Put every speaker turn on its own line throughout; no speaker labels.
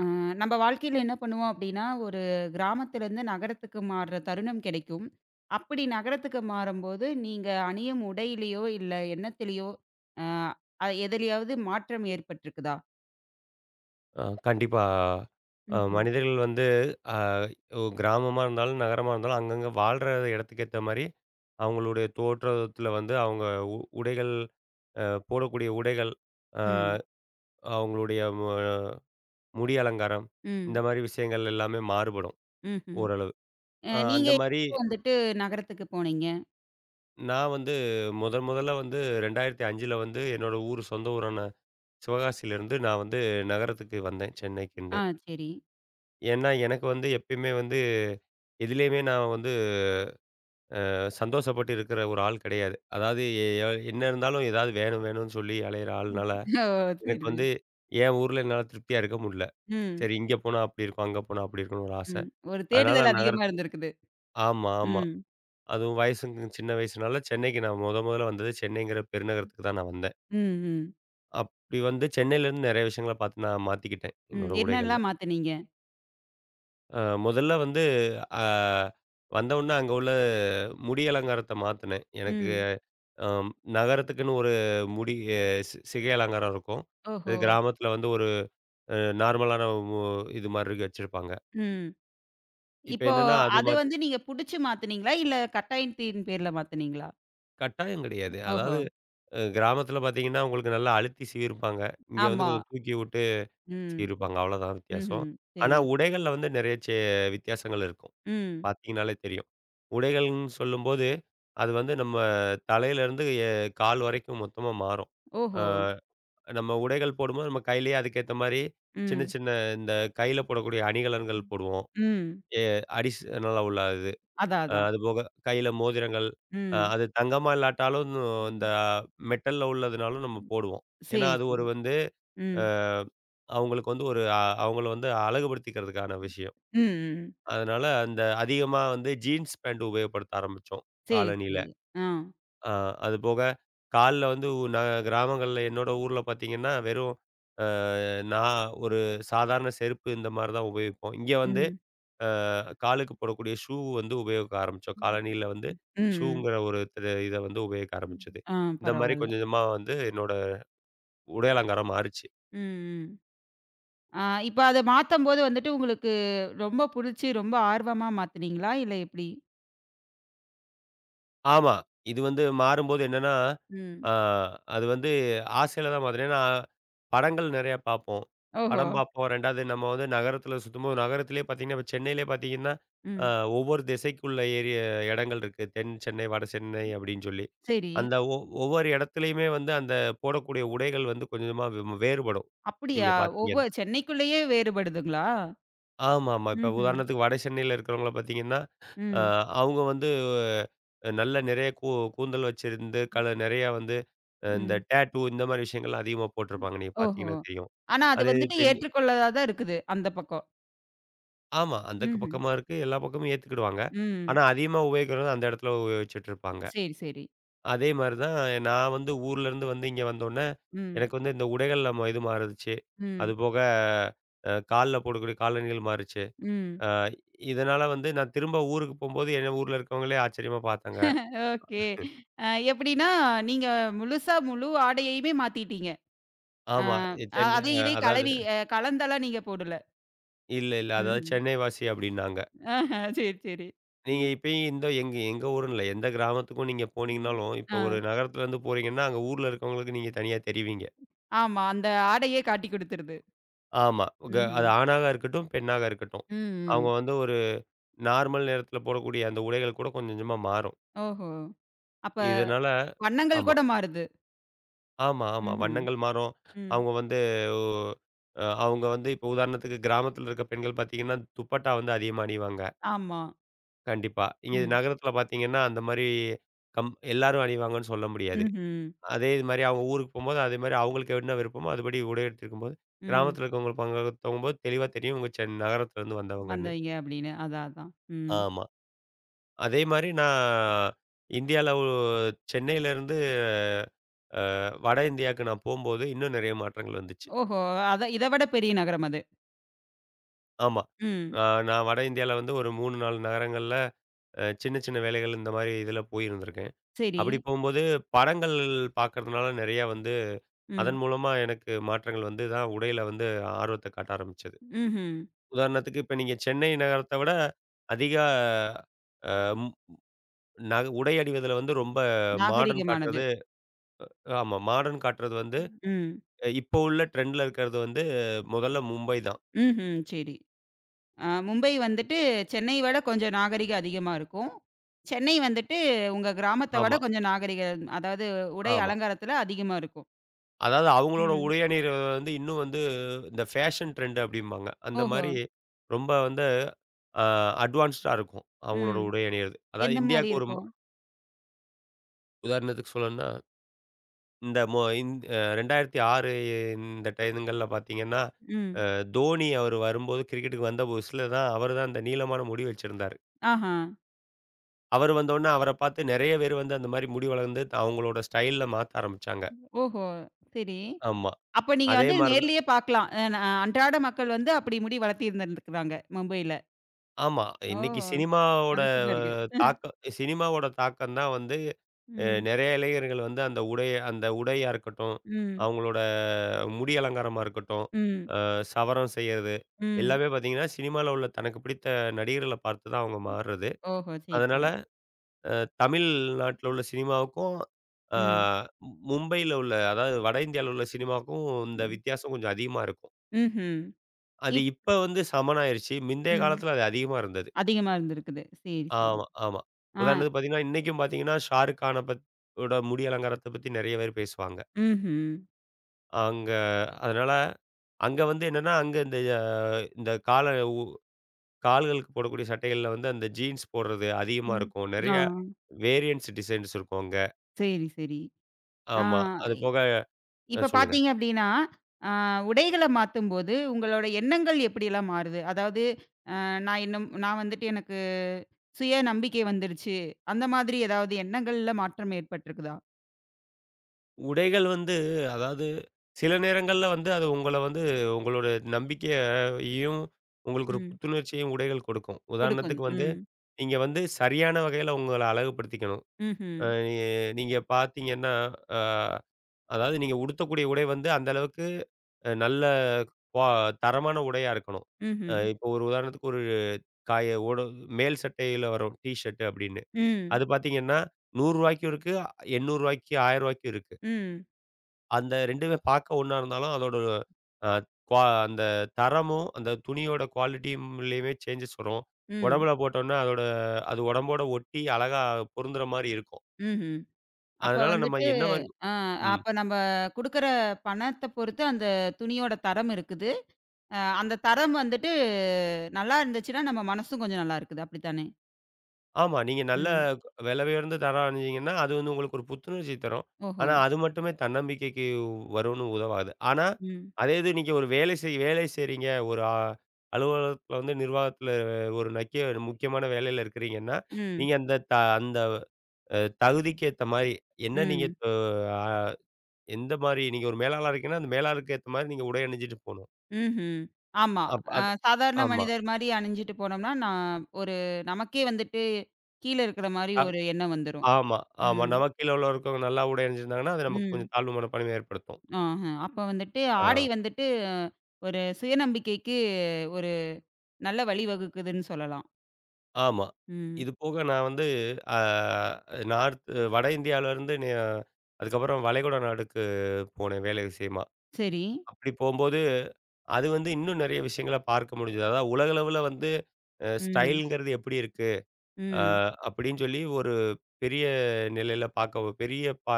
அ நம்ம வாழ்க்கையில என்ன பண்ணுவோம் அப்படின்னா, ஒரு கிராமத்திலேருந்து நகரத்துக்கு மாறுற தருணம் கிடைக்கும். அப்படி நகரத்துக்கு மாறும்போது, நீங்க அணியும் உடையிலயோ, இல்ல எண்ணத்திலயோ அ எதிலயாவது மாற்றம் ஏற்பட்டிருக்குதா?
கண்டிப்பா.
ம்ஹ்ம்.
மனிதர்கள் வந்து அ ஒ கிராமமா இருந்தாலும், நகரமா இருந்தாலும் அங்கங்க வாழ்ற இடத்துக்கு ஏத்த மாரி, அவங்களுடைய தோற்றத்துல வந்து அவங்க உடைகள், போடக்கூடிய உடைகள், அ
ம்.
அவங்களுடைய முடி அலங்காரம், இந்த
ம்.
மாரி விஷயங்கள் எல்லாமே மாறுபடும்
ம்ஹ்ம்.
ஓரளவு. அ
நீங்க
அந்த மாரி
எப்போ வந்துட்டு நகரத்துக்கு போனீங்க?
நான் வந்து முதன் முதல்ல வந்து 2005ல வந்து என்னோட ஊர் சொந்த ஊரான சிவகாசியிலேருந்து நான் வந்து நகரத்துக்கு வந்தேன், சென்னைக்குன்னு.
ஆ சரி.
ஏன்னா எனக்கு வந்து எப்பயுமே வந்து எதிலேயுமே நான் வந்து சந்தோஷப்பட்டு இருக்கிற ஒரு ஆள் கிடையாது. அதாவது எ எ- என்ன இருந்தாலும் ஏதாவது வேணும் வேணும்னு சொல்லி அலையிற ஆள்னால,
ஓ! சரி,
எனக்கு
சரி.
வந்து என் ஊர்ல என்னால திருப்தியா இருக்க முடியல.
ம்.
சரி இங்க போனா அப்படி இருக்கும், அங்க போனா அப்படி இருக்கும்னு ஒரு ஆச.
ம். ஒரு
அதனால
தேடுதல்
நான்
அதிகமா
நகரத்துக்கு
இருந்திருக்குது.
ஆமா, ஆமா.
ம்.
அதுவும் வயசுங்க சின்ன வயசுனால சென்னைக்கு நான் மொதல்ல வந்தது சென்னைங்கிற பெருநகரத்துக்கு தான் நான் வந்தேன்.
ம், ம்.
அப்படி வந்து சென்னையிலேருந்து நிறைய விஷயங்கள பார்த்து நான் மாத்திக்கிட்டேன்,
ம்.
என்னோட உடைகள்ல.
என்னலாம் மாத்துனீங்க?
அ முதல்ல வந்து அ வந்தவுடனே அங்க உள்ள முடி அலங்காரத்த மாத்துனேன். எனக்கு
ம்.
அம் நகரத்துக்குன்னு ஒரு முடி அ சிகை அலங்காரம் இருக்கும்.
ஓஹோ!
இது கிராமத்தில வந்து ஒரு நார்மலான மு இது மாரி இருக்கு வச்சிருப்பாங்க.
ம்.
இப்ப
இப்போ
என்னன்னா அது
அது
மாத்தி
வந்து நீங்க புடிச்சு மாத்துனீங்களா? இல்ல கட்டாயத்தின் பேர்ல மாத்துனீங்களா?
கட்டாயம் கிடையாது.
ஓஹோ!
அதாவது கிராமத்தில பார்த்தீங்கன்னா, உங்களுக்கு நல்லா அழுத்தி சீவிருப்பாங்க. இங்க வந்து
ஆமா.
கொஞ்சம் தூக்கி விட்டு
ம்.
சீவிருப்பாங்க. அவ்வளோதான் வித்தியாசம்.
ம்ஹ்ம்.
ஆனா
சரி.
உடைகள்ல வந்து நெறைய வித்தியாசங்கள் இருக்கும்.
ம்.
பார்த்தீங்கன்னாலே தெரியும். உடைகள்ன்னு சொல்லும்போது, அது வந்து நம்ம தலையிலேருந்து கால் வரைக்கும் மொத்தமா மாறும். ஆ.
ஓஹோ!
நம்ம உடைகள் போடும்போது நம்ம கையிலேயே அதுக்கேத்த மாரி, சின்ன
ம்.
சின்ன இந்த கையில போடக்கூடிய அணிகலன்கள் போடுவோம்.
ம்.
எ அடிஷனலா உள்ள இது.
அதான், அதான்.
அதுபோக கையில மோதிரங்கள்,
ம்.
அது தங்கமா இல்லாட்டாலும் இந்த மெட்டல்ல உள்ளதுனாலும் நம்ம போடுவோம். ஏன்னா
சரி,
அது
சரி.
ஒரு வந்து
ம்.
அ அவங்களுக்கு வந்து ஒரு அ அவங்கள வந்து அழகுபடுத்திக்கிறதுக்கான விஷயம்.
ம், ம்.
அதனால அந்த அதிகமா வந்து ஜீன்ஸ் பேண்ட் உபயோகப்படுத்த ஆரம்பிச்சோம்,
சரி,
காலணியில.
சரி. ஆ.
அ அதுபோக கால்ல வந்து ந கிராமங்கள்ல என்னோட ஊர்ல பார்த்தீங்கன்னா, வெறும் நான் ஒரு சாதாரண செருப்பு இந்த மாரி தான் உபயோகிப்போம். இங்க வந்து
ம்.
அ காலுக்கு போடக்கூடிய ஷூ வந்து உபயோகிக்க ஆரம்பிச்சோம்.
ம்,
காலணியில வந்து
ம்.
ஷூங்கிற ஒரு இத வந்து உபயோகிக்க ஆரம்பிச்சது.
ஆ
இந்த மாரி
பரவால்ல.
கொஞ்சம் கொஞ்சமா வந்து என்னோட உடை அலங்காரம் மாறுச்சு.
ம், ம். ஆ இப்ப அத மாத்தம்போது வந்துட்டு உங்களுக்கு ரொம்ப புடிச்சு, ரொம்ப ஆர்வமா மாத்துனீங்களா? இல்ல எப்டி?
ஆமா. இது வந்து மாறும்போது என்னன்னா,
ம்.
ஆ அது வந்து ஆசையில தான் மாத்துனேன். ஏன்னா, படங்கள் நெறையா பார்ப்போம்.
ஓஹோ!
படம் பார்ப்போம். 2வது நம்ம வந்து நகரத்தில சுத்தும்போது நகரத்திலேயே பார்த்தீங்கன்னா, இப்ப சென்னையிலேயே பார்த்தீங்கன்னா, அ
ம்.
ஒவ்வொரு திசைக்குள்ள இடங்கள் இருக்கு. தென் சென்னை, வட சென்னை அப்படின்னு சொல்லி.
சரி.
அந்த ஒ ஒவ்வொரு இடத்துலயுமே வந்து அந்த போடக்கூடிய உடைகள் வந்து கொஞ்சம் கொஞ்சமா வேறுபடும். நீங்க
அப்படியா? ஒவ்வொ
பார்த்தீங்கன்னா.
சென்னைக்குள்ளேயே வேறுபடுதுங்களா?
ஆமாமா. இப்ப
ம்ஹ்ம்.
உதாரணத்துக்கு வட சென்னையில இருக்கிறவங்கள பார்த்தீங்கன்னா, அ
ம்.
அவங்க வந்து நல்ல நிறைய கூந்தல் வச்சிருந்து, கல நிறைய வந்து இந்த
ம்.
டேட்டூ இந்த மாரி விஷயங்கள்லாம் அதிகமா போட்டிருப்பாங்க. நீங்க
ஓஹோ!
பார்த்தீங்கன்னா தெரியும்.
ஆனா அது
அது
வந்துட்டு
தென்
ஏற்றுக்கொள்ளதா இருக்குது. அந்த பக்கம்.
ஆமா. அந்த
ம்ஹ்ம்.
பக்கமா இருக்கு. எல்லா பக்கமும் ஏத்துக்கிடுவாங்க.
ம்.
ஆனா அதிகமா உபயோகிக்கிறது அந்த இடத்துல உபயோகிச்சுட்டு இருப்பாங்க.
சரி, சரி.
அதே மாரி தான் நான் வந்து ஊர்லேருந்து வந்து இங்க வந்தோனே,
ம்.
எனக்கு வந்து இந்த உடைகள்ல இது மாறுச்சு.
ம்.
அதுபோக கால்ல போடக்கூடிய காலணிகள் மாறுச்சு.
ம்.
அ இதனால வந்து நான் திரும்ப ஊருக்கு போம்போது, என்ன ஊர்ல இருக்கவங்களே ஆச்சரியமா பார்த்தாங்க.
ஓகே. அ எப்படின்னா, நீங்க முழுசா முழு ஆடையையுமே மாத்திட்டீங்க. அ
ஆமா. இ சென்னை
அது
அ
இதை
அதாவது
கலவி கலந்தெல்லாம் நீங்க போடல.
இல்ல, இல்ல. அதாவது
ம்ஹ்ம்.
சென்னை வாசி அப்டின்னாங்க.
ஆஹா. சரி, சரி.
நீங்க இப்பயும் இந்த எங்க எங்க ஊருன்னு இல்ல. எந்த கிராமத்துக்கும் நீங்க
ம்.
போனீங்கனாலும்,
ஆ.
இப்ப ஒரு நகரத்துலருந்து போறீங்கன்னா, அங்க ஊர்ல இருக்கவங்களுக்கு நீங்க தனியா தெரிவீங்க.
ஆமா. அந்த ஆடையே காட்டிக் குடுத்துருது.
ஆமா.
ம்ஹ்ம்.
அது ஆணாக இருக்கட்டும், பெண்ணாக இருக்கட்டும்.
ம்.
அவங்க
ம்.
வந்து ஒரு நார்மல் நேரத்துல போடக்கூடிய அந்த உடைகள் கூட கொஞ்சம் கொஞ்சமா மாறும்.
ஓஹோ! அப்ப
இதனால
வண்ணங்கள்
ஆமா.
கூட மாறுது.
ஆமா, ஆமா.
ம்ஹ்ம்.
வண்ணங்கள் மாறும்.
ம்.
அவங்க வந்து ஒ இப்போ உதாரணத்துக்கு கிராமத்தில இருக்க பெண்கள் பார்த்தீங்கன்னா, துப்பட்டா வந்து அதிகமா அணிவாங்க,
ஆமா.
கண்டிப்பா. இங்க
ம்.
நகரத்தில பார்த்தீங்கன்னா, அந்த மாரி எல்லாரும் அணிவாங்கன்னு சொல்ல முடியாது.
ம்ஹ்ம்.
அதே இது மாரி அவங்க ஊருக்கு போம்போது, அதே மாரி அவங்களுக்கு என்ன விருப்பமோ, அதுபடி உடை எடுத்திருக்கும்போது,
ம்.
கிராமத்தில இருக்கவங்களுக்கு போகும்போது தெளிவா தெரியும், இவங்க நகரத்திலேருந்து வந்தவங்கன்னு.
வந்தவைங்க அப்படின்னு. அதான், அதான். ம்.
ஆமா. அதே மாரி நான் இந்தியால ஒ சென்னையிலேருந்து வட இந்தியாவுக்கு நான் போம்போது, இன்னும் நெறைய மாற்றங்கள் வந்துச்சு.
ஓஹோ! அத இத விட பெரிய நகரம் அது.
ஆமா.
ம்.
அ நான் வட இந்தியால வந்து ஒரு 3, 4 நகரங்கள்ல சின்ன சின்ன வேலைகள் இந்த மாரி இதில போயிருந்திருக்கேன்.
சரி.
அப்படி போம்போது படங்கள் பார்க்கறதுனால நெறையா வந்து
ம்.
அதன் மூலமா எனக்கு மாற்றங்கள் வந்து தான் உடையில வந்து ஆர்வத்த காட்ட ஆரம்பிச்சது.
ம்ஹ்ம்.
உதாரணத்துக்கு இப்ப நீங்க சென்னை நகரத்த விட அதிக அ ம் நக உடை அணிவதில வந்து ரொம்ப மாடர்ன்
நாகரிகமானது.
காட்டுறது ஆமா. மாடர்ன் காட்டுறது வந்து
ம்.
இப்போ உள்ள ட்ரெண்ட்ல இருக்கிறது வந்து முதல்ல மும்பை தான்.
ம்ஹ்ம். சரி. மும்பை வந்துட்டு சென்னை விட கொஞ்சம் நாகரிகம் அதிகமா இருக்கும். சென்னை வந்துட்டு உங்க கிராமத்த விட
ஆமா,
கொஞ்சம் நாகரிகம் அதாவது உடை
ஆமா.
அலங்காரத்துல அதிகமா இருக்கும்.
அதாவது அவங்களோட
ம்.
உடை அணியிறது வந்து இன்னும் வந்து இந்த ஃபேஷன் ட்ரெண்ட் அப்படிம்பாங்க. அந்த
ஓஹோ!
மாரி ரொம்ப வந்து அ அட்வான்ஸ்டா இருக்கும். அவங்களோட
ம்.
உடை அணியிறது. அதாவது
எந்த மாரி
இந்தியாவுக்கு ஒரு
இருக்கும்?
உதாரணத்துக்கு சொல்லணும்னா, இந்த மொ இந் அ 2006 இந்த டைம்ங்கள்ல பார்த்தீங்கன்னா,
ம்.
அ தோனி அவர் வரும்போது கிரிக்கெட்டுக்கு வந்த புதுசுல தான் அவர் தான் அந்த நீளமான முடி வச்சிருந்தாரு.
ஆஹா.
அவர் வந்தோனே அவர பார்த்து நெறைய பேர் வந்து அந்த மாரி முடி அவங்களோட ஸ்டைல்ல மாத்த ஆரம்பிச்சாங்க.
ஓஹோ! சரி.
ஆமா.
அப்ப நீங்க
அதே
வந்து
மாரி தான்
நேர்லயே பார்க்கலாம். அ ந அன்றாட மக்கள் வந்து அப்படி முடி வளர்த்தி இருந்திருந்துருக்காங்க, மும்பைல.
ஆமா.
ஓ!
இன்னைக்கு
அதிசயமா இருக்கு.
தாக்கம் சினிமாவோட தாக்கம் தான் வந்து
ம்.
நெறைய இளைஞர்கள் வந்து அந்த உடையா இருக்கட்டும்,
ம்.
அவங்களோட முடி அலங்காரமா இருக்கட்டும்,
ம்.
சவரம் செய்யறது,
ம்.
எல்லாமே பார்த்தீங்கன்னா, சினிமால உள்ள தனக்கு பிடித்த நடிகர்கள பார்த்து தான் அவங்க மாறுறது.
ஓஹோ! சரி,
அதனால
சரி.
அ தமிழ்நாட்டுல உள்ள சினிமாவுக்கும், அ
ம்.
மும்பையில உள்ள அதாவது வட இந்தியால உள்ள சினிமாவுக்கும் இந்த
ம்.
வித்தியாசம் கொஞ்சம் அதிகமா இருக்கும்.
ம்ஹ்ம்.
அது
இப்
இப்ப வந்து சமனாயிருச்சு. முந்தைய
ம்.
காலத்துல அது அதிகமா இருந்தது.
அதிகமா இருந்திருக்குது. சரி, சரி.
ஆமா, ஆமா.
ஆ.
உதாரணத்துக்கு பார்த்தீங்கன்னா, இன்னைக்கும் பார்த்தீங்கன்னா, ஷாருக் கான பத் ஓட முடி அலங்காரத்த பத்தி நெறைய பேர் பேசுவாங்க.
ம்ஹ்ம்.
அங்க அதனால அங்க வந்து என்னன்னா, அங்க இந்த அ இந்த கால உ கால்களுக்கு போடக்கூடிய சட்டைகள்ல வந்து அந்த ஜீன்ஸ் போடுறது அதிகமா
ம்.
இருக்கும்.
ஆ.
நெறைய வேரியன்ட்ஸ் டிசைன்ஸ் இருக்கும் அங்க.
சரி, சரி. ஆ
ஆமா. அது
இ
போக
இப்ப
சொல்லுங்க.
பார்த்தீங்க அப்படின்னா, ஆ உடைகள மாத்தும்போது உங்களோட எண்ணங்கள் எப்படியெல்லாம் மாறுது? அதாவது நான் இன்னும் நான் வந்துட்டு எனக்கு சுய நம்பிக்கை வந்துருச்சு. அந்த மாதிரி ஏதாவது எண்ணங்கள்ல மாற்றம் ஏற்பட்டிருக்குதா?
உடைகள் வந்து அதாவது சில நேரங்கள்ல வந்து அது உங்கள வந்து உங்களோட நம்பிக்கையையும், உங்களுக்கு ஒரு
ம்.
புத்துணர்ச்சியையும் உடைகள் கொடுக்கும்.
குடுக்கும்.
உதாரணத்துக்கு வந்து,
ம்.
நீங்க வந்து சரியான வகையில உங்கள அழகுபடுத்திக்கணும்.
ம்ஹ்ம்.
அ எ நீங்க பார்த்தீங்கன்னா, அ அதாவது நீங்க உடுத்தக்கூடிய உடை வந்து அந்த அளவுக்கு நல்ல குவா தரமான உடையா இருக்கணும்.
ம்ஹ்ம்.
இப்போ ஒரு உதாரணத்துக்கு ஒரு காய ஓட மேல் சட்டையில வரும் டீ ஷர்ட் அப்படின்னு.
ம்.
அது பார்த்தீங்கன்னா, ரூ. 100க்கும் இருக்கு, ரூ. 800, ரூ. 1000க்கும் இருக்கு.
ம்.
அந்த 2மே பார்க்க ஒண்ணா இருந்தாலும் அதோட அ குவா அந்த தரமும், அந்த துணியோட குவாலிட்டியும்லயுமே சேஞ்சஸ் வரும்.
ம்.
உடம்புல போட்டோம்னா அதோட அது உடம்போட ஒட்டி அழகா பொருந்துற மாரி இருக்கும்.
ம்ஹ்ம். அப்ப
அதனால நம்ம
வந்துட்டு
என்ன மாரி
அ
ம்.
அப்ப நம்ப குடுக்குற பணத்த பொறுத்து அந்த துணியோட தரம் இருக்குது. அந்த தரம் வந்துட்டு நல்லா இருந்துச்சுன்னா, நம்ம மனசும் கொஞ்சம் நல்லா இருக்குது. அப்படித்தானே?
ஆமா. நீங்க நல்ல
ம்.
விலை உயர்ந்த தரம் அணிஞ்சீங்கன்னா, அது வந்து உங்களுக்கு ஒரு புத்துணர்ச்சி தரும்.
ஓஹோ!
ஆனா அது மட்டுமே தன்னம்பிக்கைக்கு வரும்னு உதவாது. ஆனா,
ம்.
அதே இது நீங்க ஒரு வேலை செய்றீங்க. ஒரு அலுவலகத்துல வந்து நிர்வாகத்துல ஒரு முக்கியமான வேலையில இருக்கிறீங்கன்னா,
ம்.
நீங்க அந்த தகுதிக்கு ஏத்த மாரி, என்ன நீங்க
ம்.
அ அ எந்த மாரி நீங்க ஒரு மேலாளரா இருக்கீங்கன்னா, அந்த மேலாளருக்கு ஏத்த மாரி நீங்க உடை அணிஞ்சுட்டு போணும்.
ம்ஹ்ம். ஆமா.
அப் அது
சாதாரண
ஆமா.
மனிதர் மாரி அணிஞ்சுட்டு போனோம்னா, நான் ஒரு நமக்கே வந்துட்டு கீழ இருக்கிற மாரி
அ
ஒரு எண்ணம் வந்துரும்.
ஆமா, ஆமா.
ம்.
நமக்கு கீழ உள்ள இருக்கவங்க நல்லா உடை அணிஞ்சிருந்தாங்கன்னா, அது நமக்கு
ம்.
கொஞ்சம் தாழ்வு மனப்பான்மைய ஏற்படுத்தும்.
ஆஹ. அப்ப வந்துட்டு ஆடை
ஆ.
வந்துட்டு ஒரு சுயநம்பிக்கைக்கு ஒரு நல்ல வழி வகுக்குதுன்னு சொல்லலாம்.
ஆமா.
ம்.
இது போக நான் வந்து அ நார்த் வட இந்தியாவிலருந்து நெ அதுக்கப்புறம் வளைகுடா நாடுக்கு போனேன் வேலை விஷயமா.
சரி.
அப்படி போம்போது, அது வந்து இன்னும் நெறைய விஷயங்கள பார்க்க முடிஞ்சது. அதாவது உலகளவுல வந்து
ம்.
ஸ்டைல்ங்கிறது எப்படி இருக்கு? அ
ம்.
அப்படின்னு சொல்லி ஒரு பெரிய நிலையில பார்க்க பெரிய பா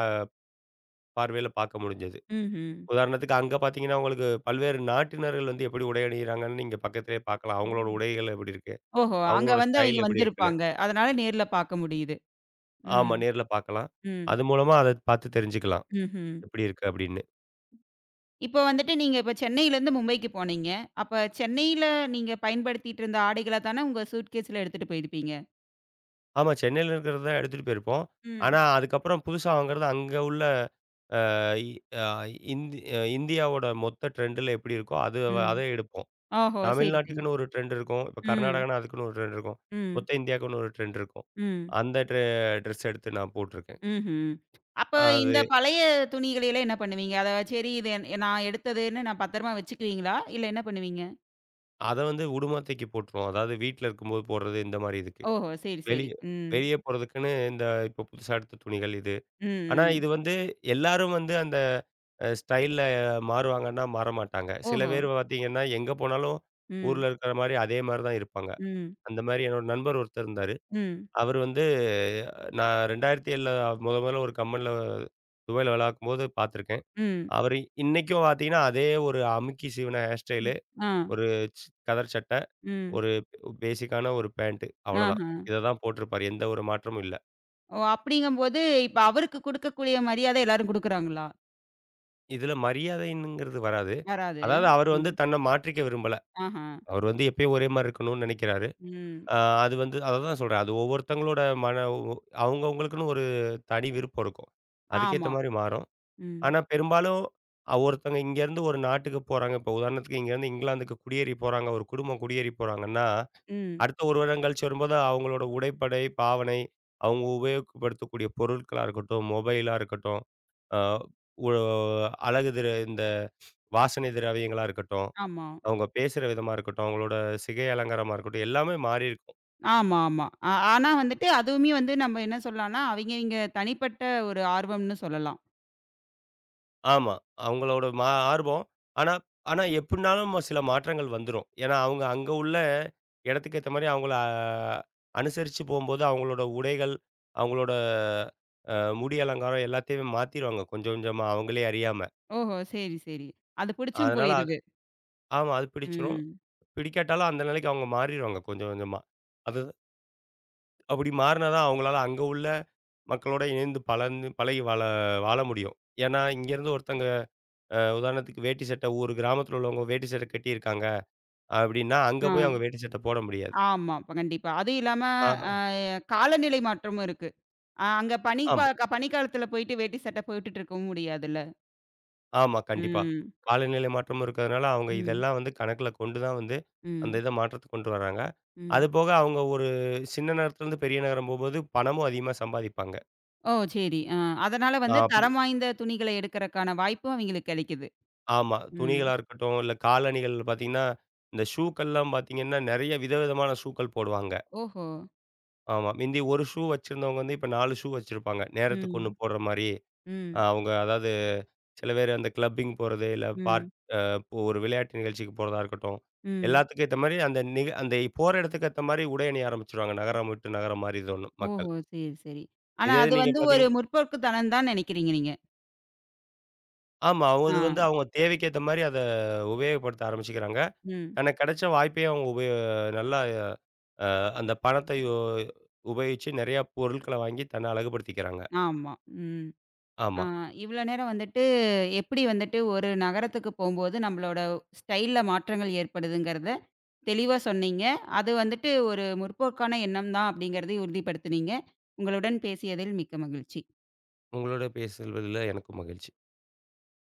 பார்வையில பார்க்க முடிஞ்சது.
ம்ஹ்ம்.
உதாரணத்துக்கு அங்க பார்த்தீங்கன்னா, உங்களுக்கு பல்வேறு நாட்டினர்கள் வந்து எப்படி உடை அணியிறாங்கன்னு நீங்க பக்கத்திலேயே பார்க்கலாம். அவங்களோட உடைகள் எப்படி இருக்கு?
ஓஹோ! அங்க
அவங்களோட
வந்து அவைங்க
ஸ்டைல் எப்படி இருக்குன்னு.
வந்திருப்பாங்க. அதனால நேர்ல பார்க்க முடியுது. ம்.
ஆமா நேர்ல பார்க்கலாம்.
ம்.
அது மூலமா அத பார்த்து தெரிஞ்சுக்கலாம்.
ம்ஹ்ம்.
எப்படி இருக்கு அப்படின்னு.
இப்போ வந்துட்டு நீங்க இப்ப சென்னையிலேருந்து மும்பைக்கு போனீங்க. அப்ப சென்னையில நீங்க பயன்படுத்திட்டு இருந்த ஆடைகள தானே உங்க சூட்கேஸ்ல எடுத்துட்டு போயிருப்பீங்க?
ஆமா சென்னையில இருக்கிறது தான் எடுத்துட்டு போயிருப்போம். ஆனா
ம்.
அதுக்கப்புறம் புதுசா வாங்குறது அங்க உள்ள அ இ அ இந்தி அ இந்தியாவோட மொத்த ட்ரெண்டுல எப்படி இருக்கோ அது
ம்.
அத எடுப்போம்.
ஓஹோ! சரி, சரி.
தமிழ்நாட்டுக்குன்னு ஒரு ட்ரெண்ட் இருக்கும். இப்ப
ம்.
கர்நாடகானா அதுக்குன்னு ஒரு ட்ரெண்ட் இருக்கும்.
ம்.
மொத்த இந்தியாவுக்குன்னு ஒரு ட்ரெண்ட் இருக்கும்.
ம்.
அந்த ட்ரெ ட்ரெஸ் எடுத்து நான் போட்டிருக்கேன்.
ம்ஹ்ம். அப்ப இந்த
அது
பழைய துணிகளையெல்லாம் என்ன பண்ணுவீங்க? அத சரி இது நான் எடுத்ததுன்னு நான் பத்திரமா வச்சுக்குவீங்களா? இல்ல என்ன பண்ணுவீங்க?
அத வந்து உடுமா தூக்கி போட்டுருவோம். அதாவது வீட்ல இருக்கும்போது போடுறது இந்த மாரி இதுக்கு.
ஓஹோ! சரி, சரி.
வெளிய
ம்.
வெளிய போறதுக்குன்னு இந்த இப்போ புதுசா எடுத்த துணிகள் இது. ஆனா
ம், ம்.
இது வந்து எல்லாரும் வந்து அந்த ஸ்டைல்ல மாறுவாங்கன்னா மாறமாட்டாங்க. சில
ஓஹோ!
பேர் பார்த்தீங்கன்னா, எங்க போனாலும்
ம்.
ஊர்ல இருக்கிற மாரி அதே மாரி தான் இருப்பாங்க.
ம்.
அந்த மாரி என்னோட நண்பர் ஒருத்தர் இருந்தாரு.
ம்.
அவரு வந்து நான் 2007ல முதல்ல ஒரு கம்பெனில துபாய்ல வேலை பார்க்கும்போது பார்த்துருக்கேன்.
ம்.
அவரு இன்னைக்கும் பார்த்தீங்கன்னா, அதே ஒரு அமுக்கி சீவுன ஹேர்
ம்.
ஸ்டைலு,
ஆ.
ஒரு கதர் சட்டை,
ம்.
ஒரு பேசிக்கான ஒரு பேண்ட்
ஆஹ.
அவ்வளோதான். இத தான் போட்டிருப்பாரு. எந்த ஒரு மாற்றமும் இல்ல.
ஓ! அப்படிங்கும்போது, இப்ப அவருக்கு குடுக்கக்கூடிய மரியாதை எல்லாரும் குடுக்குறாங்களா?
இதுல மரியாதைன்னுங்கிறது வராது.
யாராவது?
அதாவது அவரு வந்து
ம்.
தன்னை மாற்றிக்க விரும்பல.
ஆஹா.
அவரு வந்து எப்பயும் ஒரே மாரி இருக்கணும்னு நினைக்கிறாரு.
ம்.
அ அது வந்து அததான் சொல்றேன். அது ஒவ்வொருத்தங்களோட மன அவங்கவங்களுக்குன்னு ஒரு தனி விருப்பம் இருக்கும். அதுக்கேத்த
ஆமா.
மாரி மாறும்.
ம்.
ஆனா பெரும்பாலும் ஒருத்தவங்க இங்கேருந்து ஒரு நாட்டுக்கு போறாங்க. இப்போ உதாரணத்துக்கு இங்கேருந்து இங்கிலாந்துக்கு குடியேறி போறாங்க. ஒரு குடும்பம் குடியேறி போறாங்கன்னா,
ம்.
அடுத்த 1 வருடம் கழிச்சு வரும்போது அவங்களோட உடைப்படை, பாவனை, அவங்க உபயோகப்படுத்தக்கூடிய பொருட்களா இருக்கட்டும், மொபைலா இருக்கட்டும், அ ஒ அழகு திர இந்த வாசனை திரவியங்களா இருக்கட்டும்,
ஆமா.
அவங்க பேசுற விதமா இருக்கட்டும், அவங்களோட சிகை அலங்காரமா இருக்கட்டும், எல்லாமே மாறியிருக்கும்.
ஆமா, ஆமா. ஆ ஆனா வந்துட்டு அதுவுமே வந்து நம்ம என்ன சொல்லலாம்னா, அவைங்கவிங்க தனிப்பட்ட ஒரு ஆர்வம்னு சொல்லலாம்.
ஆமா. அவங்களோட ஆர்வம். ஆனா ஆனா எப்டினாலும் சில மாற்றங்கள் வந்துரும். ஏன்னா, அவங்க அங்க உள்ள இடத்துக்கு ஏத்த மாரி அவங்கள அனுசரிச்சு போம்போது, அவங்களோட உடைகள், அவங்களோட அ முடி அலங்காரம் எல்லாத்தையுமே மாத்திருவாங்க கொஞ்சம் கொஞ்சமா அவங்களே அறியாம.
ஓஹோ! சரி, சரி. அது புடிச்சும்
அதனால அது
போயிருது.
ஆமா அது பிடிச்சிரும்.
ம்.
பிடிக்காட்டாலும் அந்த நிலைக்கு அவங்க மாறிருவாங்க கொஞ்சம் கொஞ்சமா. அது அப்படி மாறினா தான் அவங்களால அங்க உள்ள மக்களோட இணைந்து பலந்து பழகி வாழ வாழ முடியும். ஏன்னா, இங்கேருந்து ஒருத்தங்க உதாரணத்துக்கு வேட்டி சட்டை ஒரு கிராமத்தில உள்ளவங்க வேட்டி சட்டை கட்டியிருக்காங்க. அப்டின்னா, அங்க
ஆ.
போய் அவங்க வேட்டி சட்டை போட முடியாது.
ஆமா. இப்ப கண்டிப்பா. அதுவும் இல்லாம
ஆ
அ காலநிலை மாற்றமும் இருக்கு. அங்க பனி
ஆமா,
பனிக்காலத்துல போயிட்டு வேட்டி சட்டை போட்டுட்டு இருக்கவும் முடியாதுல்ல.
ஆமா. கண்டிப்பா.
ம்.
காலநிலை மாற்றமும் இருக்கிறதுனால, அவங்க
ம்.
இதெல்லாம் வந்து கணக்குல கொண்டு தான் வந்து, அந்த
ம்.
இத மாற்றத்துக்கு கொண்டு வராங்க.
ம்.
அதுபோக அவங்க ஒரு சின்ன நகரத்துலேருந்து பெரிய நகரம் போம்போது, பணமும் அதிகமா சம்பாதிப்பாங்க.
ஓ! சரி. ஆ. அதனால
அ
வந்து
அப்டி
தரம் வாய்ந்த துணிகள எடுக்கறக்கான வாய்ப்பும் அவிங்களுக்கு கெடைக்குது.
ஆமா.
ம்.
துணிகளா இருக்கட்டும், இல்ல காலணிகள் பார்த்தீங்கன்னா, இந்த ஷூக்கள்லாம் பார்த்தீங்கன்னா, நெறைய விதவிதமான ஷூக்கள் போடுவாங்க.
ஓஹோ!
ஆமா. மிந்தி 1 ஷூ வச்சிருந்தவங்க வந்து, இப்ப 4 ஷூ வச்சிருப்பாங்க. நேரத்துக்கு 1
ம்.
போடுற மாரி.
ம்.
அவங்க அதாவது சில பேர் அந்த கிளப்பிங் போறது, இல்ல பார்ட்
ம்.
அ இப்போ ஒரு விளையாட்டு நிகழ்ச்சிக்கு போறதா இருக்கட்டும்.
ம்.
எல்லாத்துக்கும் ஏத்த மாரி அந்த போற இடத்துக்கு ஏத்த மாரி உடை அணிய ஆரம்பிச்சுருவாங்க. நகரம் விட்டு நகரம் மாறிதோணும்
ஓஹோ!
மக்கள்.
சரி, சரி. ஆனா
இதே இது
அது
நீங்க
வந்து ஒரு
பார்த்தீங்க
முற்போக்குத்தனம் தான் நெனைக்கிறீங்க நீங்க.
ஆமா. அவங்க
ஆ.
அது வந்து அவங்க தேவைக்கு ஏத்த மாரி அத உபயோகப்படுத்த ஆரம்பிச்சுக்கிறாங்க.
ம்.
தனக்கு கிடைச்ச வாய்ப்பையும் அவங்க நல்லா அ அந்த பணத்தை யோ உபயோகிச்சு நெறையா பொருட்கள வாங்கி தன்னை அழகுபடுத்திக்கிறாங்க.
ஆமா. ம். ஆ
ஆமா.
இவ்ளோ நேரம் வந்துட்டு எப்படி வந்துட்டு ஒரு நகரத்துக்கு போம்போது நம்மளோட ஸ்டைல்ல மாற்றங்கள் ஏற்படுதுங்கிறத தெளிவா சொன்னீங்க. அது வந்துட்டு ஒரு முற்போக்கான எண்ணம் தான் அப்படிங்கிறதையும் உறுதிப்படுத்துனீங்க. உங்களுடன் பேசியதில் மிக்க மகிழ்ச்சி.
உங்களோட பேசுவதில எனக்கும் மகிழ்ச்சி.